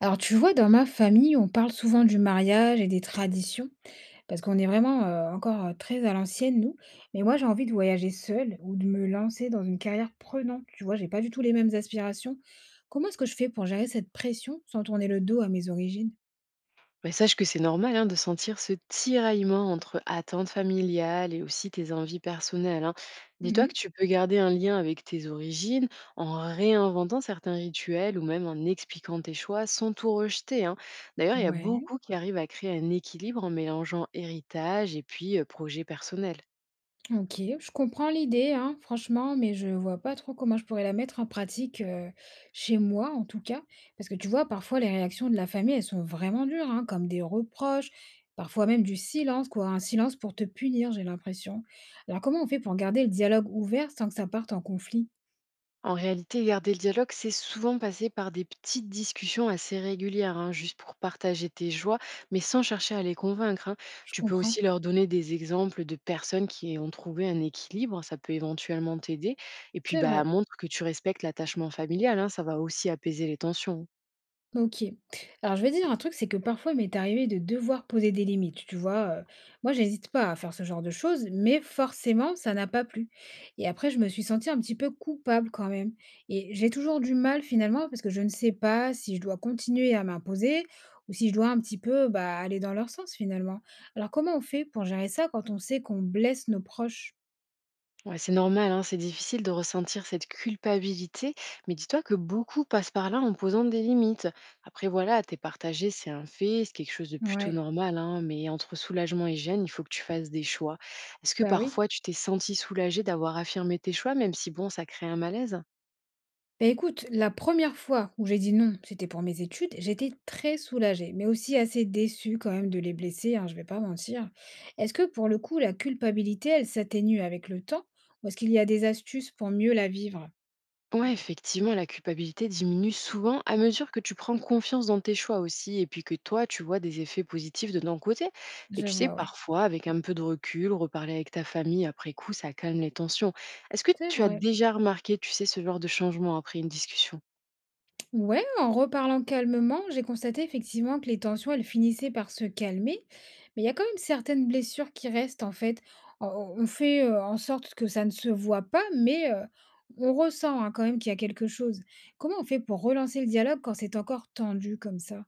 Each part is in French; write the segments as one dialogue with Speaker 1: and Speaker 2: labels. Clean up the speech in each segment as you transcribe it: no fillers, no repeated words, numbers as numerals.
Speaker 1: Alors, tu vois, dans ma famille, on parle souvent du mariage et des traditions, parce qu'on est vraiment encore très à l'ancienne, nous. Mais moi, j'ai envie de voyager seule ou de me lancer dans une carrière prenante. Tu vois, j'ai pas du tout les mêmes aspirations. Comment est-ce que je fais pour gérer cette pression sans tourner le dos à mes origines?
Speaker 2: Mais sache que c'est normal, hein, de sentir ce tiraillement entre attentes familiales et aussi tes envies personnelles, hein. Dis-toi
Speaker 1: Mhm.
Speaker 2: que tu peux garder un lien avec tes origines en réinventant certains rituels ou même en expliquant tes choix sans tout rejeter, hein. D'ailleurs, il y a
Speaker 1: Ouais.
Speaker 2: beaucoup qui arrivent à créer un équilibre en mélangeant héritage et puis projet personnel.
Speaker 1: OK, je comprends l'idée, hein, franchement, mais je vois pas trop comment je pourrais la mettre en pratique, chez moi, en tout cas. Parce que tu vois, parfois, les réactions de la famille, elles sont vraiment dures, hein, comme des reproches, parfois même du silence, quoi. Un silence pour te punir, j'ai l'impression. Alors, comment on fait pour garder le dialogue ouvert sans que ça parte en conflit?
Speaker 2: En réalité, garder le dialogue, c'est souvent passer par des petites discussions assez régulières, hein, juste pour partager tes joies, mais sans chercher à les convaincre, hein.
Speaker 1: Je
Speaker 2: Tu peux
Speaker 1: comprends.
Speaker 2: aussi leur donner des exemples de personnes qui ont trouvé un équilibre, ça peut éventuellement t'aider. Et puis,
Speaker 1: C'est
Speaker 2: bah,
Speaker 1: vrai.
Speaker 2: montre que tu respectes l'attachement familial, hein, ça va aussi apaiser les tensions.
Speaker 1: OK. Alors je vais dire un truc, c'est que parfois il m'est arrivé de devoir poser des limites, tu vois? Moi j'hésite pas à faire ce genre de choses, mais forcément ça n'a pas plu et après je me suis sentie un petit peu coupable quand même et j'ai toujours du mal finalement parce que je ne sais pas si je dois continuer à m'imposer ou si je dois un petit peu, bah, aller dans leur sens finalement. Alors comment on fait pour gérer ça quand on sait qu'on blesse nos proches?
Speaker 2: Ouais, c'est normal, hein, c'est difficile de ressentir cette culpabilité, mais dis-toi que beaucoup passent par là en posant des limites. Après, voilà, t'es partagé, c'est un fait, c'est quelque chose de plutôt
Speaker 1: Ouais,
Speaker 2: normal, hein, mais entre soulagement et gêne, il faut que tu fasses des choix. Est-ce que
Speaker 1: bah, oui.
Speaker 2: parfois tu t'es senti soulagé d'avoir affirmé tes choix, même si bon, ça crée un malaise?
Speaker 1: Beh, écoute, la première fois où j'ai dit non, c'était pour mes études, j'étais très soulagée, mais aussi assez déçue quand même de les blesser, hein, je vais pas mentir. Est-ce que pour le coup, la culpabilité, elle s'atténue avec le temps? Ou est-ce qu'il y a des astuces pour mieux la vivre?
Speaker 2: Ouais, effectivement, la culpabilité diminue souvent à mesure que tu prends confiance dans tes choix aussi, et puis que toi, tu vois des effets positifs de ton côté. Et
Speaker 1: Je
Speaker 2: tu sais,
Speaker 1: vois, ouais.
Speaker 2: parfois, avec un peu de recul, reparler avec ta famille après coup, ça calme les tensions. Est-ce que
Speaker 1: C'est
Speaker 2: tu as
Speaker 1: vrai.
Speaker 2: déjà remarqué, tu sais, ce genre de changement après une discussion?
Speaker 1: Ouais, en reparlant calmement, j'ai constaté effectivement que les tensions, elles finissaient par se calmer, mais il y a quand même certaines blessures qui restent en fait. On fait en sorte que ça ne se voit pas, mais on ressent hein, quand même qu'il y a quelque chose. Comment on fait pour relancer le dialogue quand c'est encore tendu comme ça?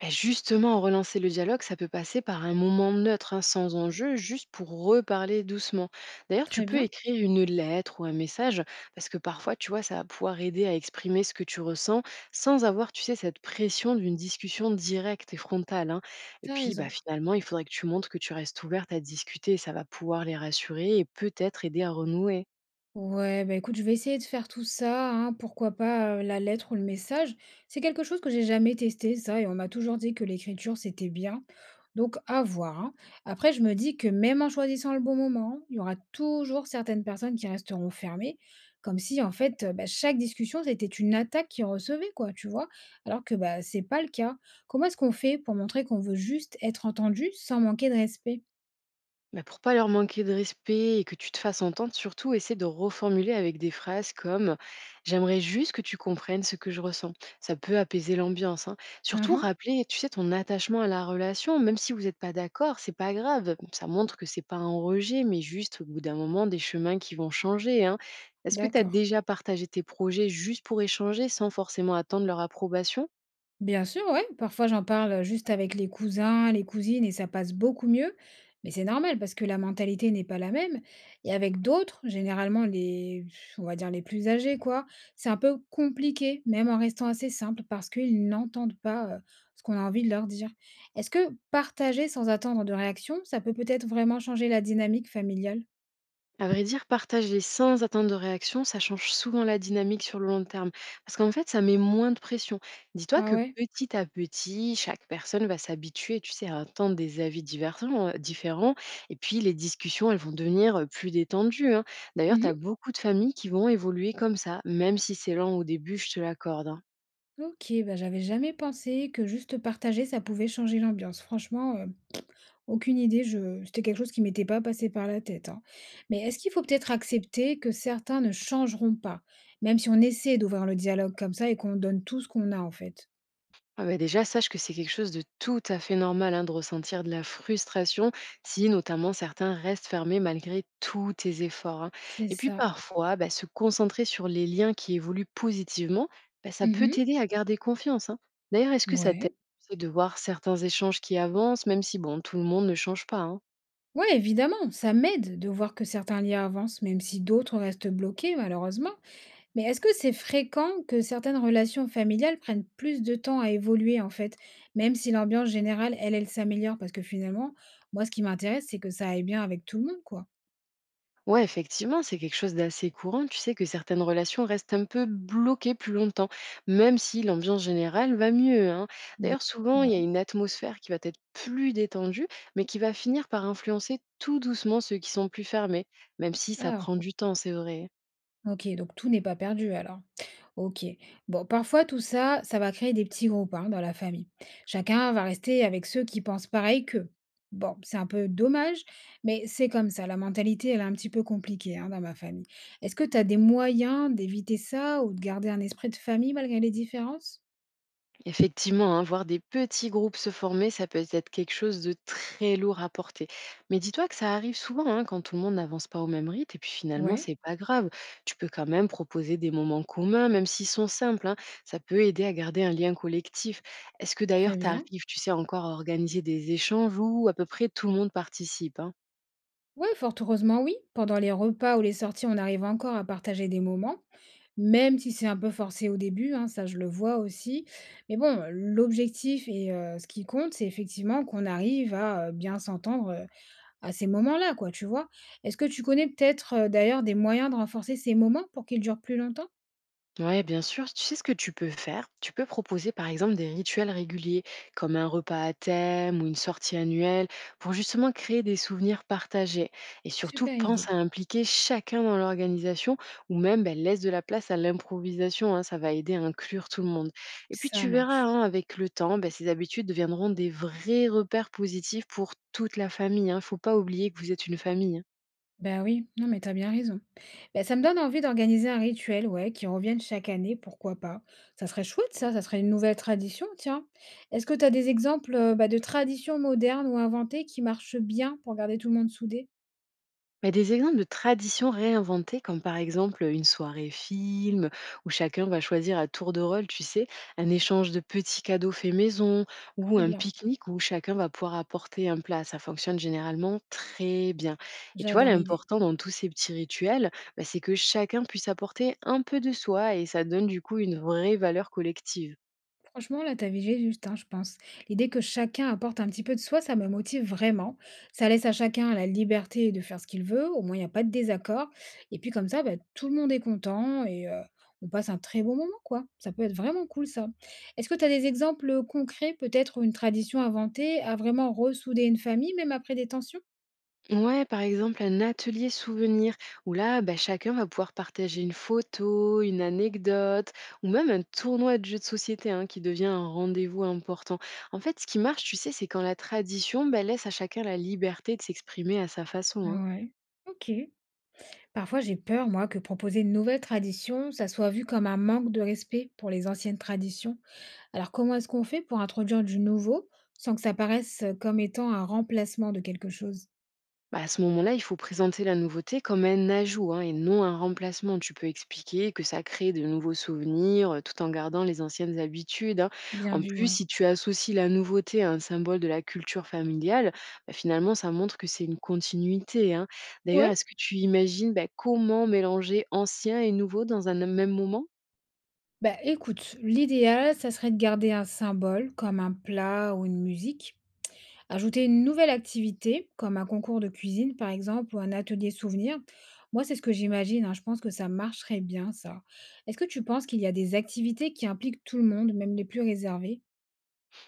Speaker 2: Bah, justement, relancer le dialogue, ça peut passer par un moment neutre, hein, sans enjeu, juste pour reparler doucement. D'ailleurs, tu
Speaker 1: Très
Speaker 2: peux
Speaker 1: bien,
Speaker 2: écrire une lettre ou un message, parce que parfois, tu vois, ça va pouvoir aider à exprimer ce que tu ressens, sans avoir, tu sais, cette pression d'une discussion directe et frontale, hein. Et
Speaker 1: t'as
Speaker 2: puis, bah,
Speaker 1: raison.
Speaker 2: finalement, il faudrait que tu montres que tu restes ouverte à discuter, ça va pouvoir les rassurer et peut-être aider à renouer.
Speaker 1: Ouais, bah, écoute, je vais essayer de faire tout ça, hein, pourquoi pas, la lettre ou le message. C'est quelque chose que j'ai jamais testé ça et on m'a toujours dit que l'écriture, c'était bien, donc à voir, hein. Après je me dis que même en choisissant le bon moment, il y aura toujours certaines personnes qui resteront fermées, comme si en fait, bah, chaque discussion c'était une attaque qu'ils recevaient quoi, tu vois? Alors que, bah, c'est pas le cas. Comment est-ce qu'on fait pour montrer qu'on veut juste être entendu sans manquer de respect?
Speaker 2: Bah, pour pas leur manquer de respect et que tu te fasses entendre, surtout essaie de reformuler avec des phrases comme «J'aimerais juste que tu comprennes ce que je ressens.» Ça peut apaiser l'ambiance, hein. Surtout
Speaker 1: Mmh.
Speaker 2: rappeler, tu sais, ton attachement à la relation, même si vous n'êtes pas d'accord, c'est pas grave. Ça montre que c'est pas un rejet, mais juste au bout d'un moment, des chemins qui vont changer, hein. Est-ce que tu as
Speaker 1: D'accord.
Speaker 2: déjà partagé tes projets juste pour échanger sans forcément attendre leur approbation?
Speaker 1: Bien sûr, ouais. Parfois, j'en parle juste avec les cousins, les cousines, et ça passe beaucoup mieux. Mais c'est normal parce que la mentalité n'est pas la même. Et avec d'autres, généralement les, on va dire les plus âgés, quoi, c'est un peu compliqué, même en restant assez simple, parce qu'ils n'entendent pas ce qu'on a envie de leur dire. Est-ce que partager sans attendre de réaction, ça peut peut-être vraiment changer la dynamique familiale?
Speaker 2: À vrai dire, partager sans attendre de réaction, ça change souvent la dynamique sur le long terme. Parce qu'en fait, ça met moins de pression. Dis-toi
Speaker 1: Ah
Speaker 2: que
Speaker 1: ouais?
Speaker 2: petit à petit, chaque personne va s'habituer, tu sais, à entendre des avis divergents, différents. Et puis, les discussions, elles vont devenir plus détendues, hein. D'ailleurs, tu
Speaker 1: Mhm.
Speaker 2: as beaucoup de familles qui vont évoluer comme ça, même si c'est lent au début, je te l'accorde, hein.
Speaker 1: Ok, bah j'avais jamais pensé que juste partager, ça pouvait changer l'ambiance. Franchement, aucune idée, je c'était quelque chose qui m'était pas passé par la tête, hein. Mais est-ce qu'il faut peut-être accepter que certains ne changeront pas, même si on essaie d'ouvrir le dialogue comme ça et qu'on donne tout ce qu'on a, en fait?
Speaker 2: Ah bah, déjà, sache que c'est quelque chose de tout à fait normal, hein, de ressentir de la frustration si notamment certains restent fermés malgré tous tes efforts, hein.
Speaker 1: C'est
Speaker 2: Et puis
Speaker 1: ça.
Speaker 2: parfois, bah, se concentrer sur les liens qui évoluent positivement, bah, ça peut
Speaker 1: Mmh.
Speaker 2: t'aider à garder confiance, hein. D'ailleurs, est-ce que ça t'aide,
Speaker 1: Ouais.
Speaker 2: tu sais, de voir certains échanges qui avancent, même si bon, tout le monde ne change pas, hein?
Speaker 1: Ouais, évidemment, ça m'aide de voir que certains liens avancent, même si d'autres restent bloqués, malheureusement. Mais est-ce que c'est fréquent que certaines relations familiales prennent plus de temps à évoluer, en fait, même si l'ambiance générale, elle, elle s'améliore? Parce que finalement, moi, ce qui m'intéresse, c'est que ça aille bien avec tout le monde, quoi.
Speaker 2: Ouais, effectivement, c'est quelque chose d'assez courant. Tu sais que certaines relations restent un peu bloquées plus longtemps, même si l'ambiance générale va mieux, hein.
Speaker 1: Bah.
Speaker 2: D'ailleurs, souvent, il y a
Speaker 1: Ouais.
Speaker 2: une atmosphère qui va être plus détendue, mais qui va finir par influencer tout doucement ceux qui sont plus fermés, même si ça
Speaker 1: Ah,
Speaker 2: prend du temps, c'est vrai.
Speaker 1: OK, donc tout n'est pas perdu alors. OK. Bon, parfois tout ça, ça va créer des petits groupes hein, dans la famille. Chacun va rester avec ceux qui pensent pareil qu'eux. Bon, c'est un peu dommage, mais c'est comme ça. La mentalité, elle est un petit peu compliquée hein, dans ma famille. Est-ce que tu as des moyens d'éviter ça ou de garder un esprit de famille malgré les différences?
Speaker 2: Effectivement, hein, voir des petits groupes se former, ça peut être quelque chose de très lourd à porter. Mais dis-toi que ça arrive souvent, hein, quand tout le monde n'avance pas au même rythme, et puis finalement,
Speaker 1: Ouais,
Speaker 2: c'est pas grave. Tu peux quand même proposer des moments communs, même s'ils sont simples, hein. Ça peut aider à garder un lien collectif. Est-ce que
Speaker 1: très
Speaker 2: d'ailleurs, tu
Speaker 1: bien.
Speaker 2: arrives, tu sais, encore à organiser des échanges où à peu près tout le monde participe, hein?
Speaker 1: Ouais, fort heureusement, oui. Pendant les repas ou les sorties, on arrive encore à partager des moments. Même si c'est un peu forcé au début, hein, ça je le vois aussi. Mais bon, l'objectif et ce qui compte, c'est effectivement qu'on arrive à, bien s'entendre, à ces moments-là, quoi, tu vois? Est-ce que tu connais peut-être, d'ailleurs des moyens de renforcer ces moments pour qu'ils durent plus longtemps?
Speaker 2: Ouais, bien sûr. Tu sais ce que tu peux faire? Tu peux proposer par exemple des rituels réguliers, comme un repas à thème ou une sortie annuelle, pour justement créer des souvenirs partagés. Et surtout,
Speaker 1: Super
Speaker 2: pense
Speaker 1: idée,
Speaker 2: à impliquer chacun dans l'organisation ou même ben, laisse de la place à l'improvisation, hein, ça va aider à inclure tout le monde. Et puis
Speaker 1: ça
Speaker 2: tu verras,
Speaker 1: marche.
Speaker 2: hein, avec le temps, ben, ces habitudes deviendront des vrais repères positifs pour toute la famille. Il faut pas oublier que vous êtes une famille, hein.
Speaker 1: Bah oui, non mais t'as bien raison. Bah, ça me donne envie d'organiser un rituel, ouais, qui revienne chaque année, pourquoi pas. Ça serait chouette ça, ça serait une nouvelle tradition, tiens. Est-ce que t'as des exemples bah, de traditions modernes ou inventées qui marchent bien pour garder tout le monde soudé?
Speaker 2: Bah, des exemples de traditions réinventées, comme par exemple une soirée film, où chacun va choisir à tour de rôle, tu sais, un échange de petits cadeaux faits maison, ou
Speaker 1: Trop
Speaker 2: un
Speaker 1: bien,
Speaker 2: pique-nique où chacun va pouvoir apporter un plat. Ça fonctionne généralement très bien. Et tu vois,
Speaker 1: j'adore l'idée.
Speaker 2: l'important dans tous ces petits rituels, bah, c'est que chacun puisse apporter un peu de soi et ça donne du coup une vraie valeur collective.
Speaker 1: Franchement, là, tu avais juste, hein, je pense. L'idée que chacun apporte un petit peu de soi, ça me motive vraiment. Ça laisse à chacun la liberté de faire ce qu'il veut. Au moins, il n'y a pas de désaccord. Et puis, comme ça, bah, tout le monde est content et on passe un très bon moment, quoi. Ça peut être vraiment cool, ça. Est-ce que tu as des exemples concrets, peut-être, ou une tradition inventée a vraiment ressouder une famille, même après des tensions?
Speaker 2: Ouais, par exemple, un atelier souvenir où là, bah, chacun va pouvoir partager une photo, une anecdote ou même un tournoi de jeux de société, hein, qui devient un rendez-vous important. En fait, ce qui marche, tu sais, c'est quand la tradition, bah, laisse à chacun la liberté de s'exprimer à sa façon, hein.
Speaker 1: Ouais. Ok. Parfois, j'ai peur, moi, que proposer une nouvelle tradition, ça soit vu comme un manque de respect pour les anciennes traditions. Alors, comment est-ce qu'on fait pour introduire du nouveau sans que ça paraisse comme étant un remplacement de quelque chose?
Speaker 2: Bah, à ce moment-là, il faut présenter la nouveauté comme un ajout, hein, et non un remplacement. Tu peux expliquer que ça crée de nouveaux souvenirs, tout en gardant les anciennes habitudes, hein.
Speaker 1: Bien
Speaker 2: En
Speaker 1: vu,
Speaker 2: plus,
Speaker 1: ouais.
Speaker 2: si tu associes la nouveauté à un symbole de la culture familiale, bah, finalement, ça montre que c'est une continuité, hein. D'ailleurs,
Speaker 1: Ouais,
Speaker 2: est-ce que tu imagines, bah, comment mélanger ancien et nouveau dans un même moment?
Speaker 1: bah écoute, l'idéal, ça serait de garder un symbole comme un plat ou une musique, ajouter une nouvelle activité comme un concours de cuisine par exemple ou un atelier souvenir. Moi, c'est ce que j'imagine, hein, je pense que ça marcherait bien, ça. Est-ce que tu penses qu'il y a des activités qui impliquent tout le monde, même les plus réservés?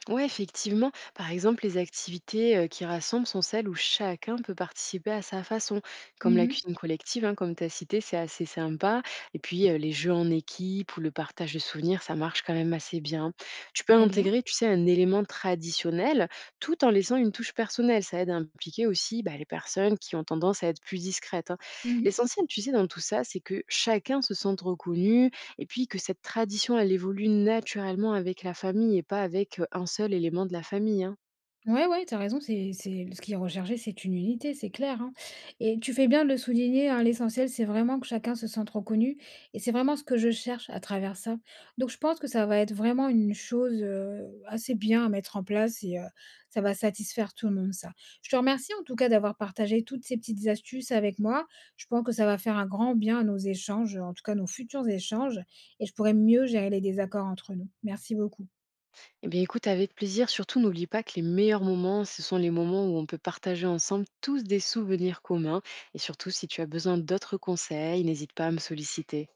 Speaker 2: Ouais, effectivement. Par exemple, les activités qui rassemblent sont celles où chacun peut participer à sa façon, comme la
Speaker 1: Mhm,
Speaker 2: cuisine collective, hein, comme tu as cité, c'est assez sympa. Et puis, les jeux en équipe ou le partage de souvenirs, ça marche quand même assez bien. Tu peux
Speaker 1: très bien.
Speaker 2: intégrer, tu sais, un élément traditionnel tout en laissant une touche personnelle. Ça aide à impliquer aussi, bah, les personnes qui ont tendance à être plus discrètes, hein.
Speaker 1: Mhm.
Speaker 2: L'essentiel, tu sais, dans tout ça, c'est que chacun se sente reconnu, et puis que cette tradition, elle évolue naturellement avec la famille et pas avec un seul élément de la famille, hein.
Speaker 1: Ouais, ouais, t'as raison, c'est ce qui est recherché, c'est une unité, c'est clair, hein. Et tu fais bien de le souligner, hein, l'essentiel, c'est vraiment que chacun se sente reconnu et c'est vraiment ce que je cherche à travers ça. Donc je pense que ça va être vraiment une chose, assez bien à mettre en place et ça va satisfaire tout le monde ça. Je te remercie en tout cas d'avoir partagé toutes ces petites astuces avec moi. Je pense que ça va faire un grand bien à nos échanges, en tout cas nos futurs échanges et je pourrais mieux gérer les désaccords entre nous. Merci beaucoup.
Speaker 2: Eh bien écoute, avec plaisir, surtout n'oublie pas que les meilleurs moments, ce sont les moments où on peut partager ensemble tous des souvenirs communs et surtout si tu as besoin d'autres conseils, n'hésite pas à me solliciter.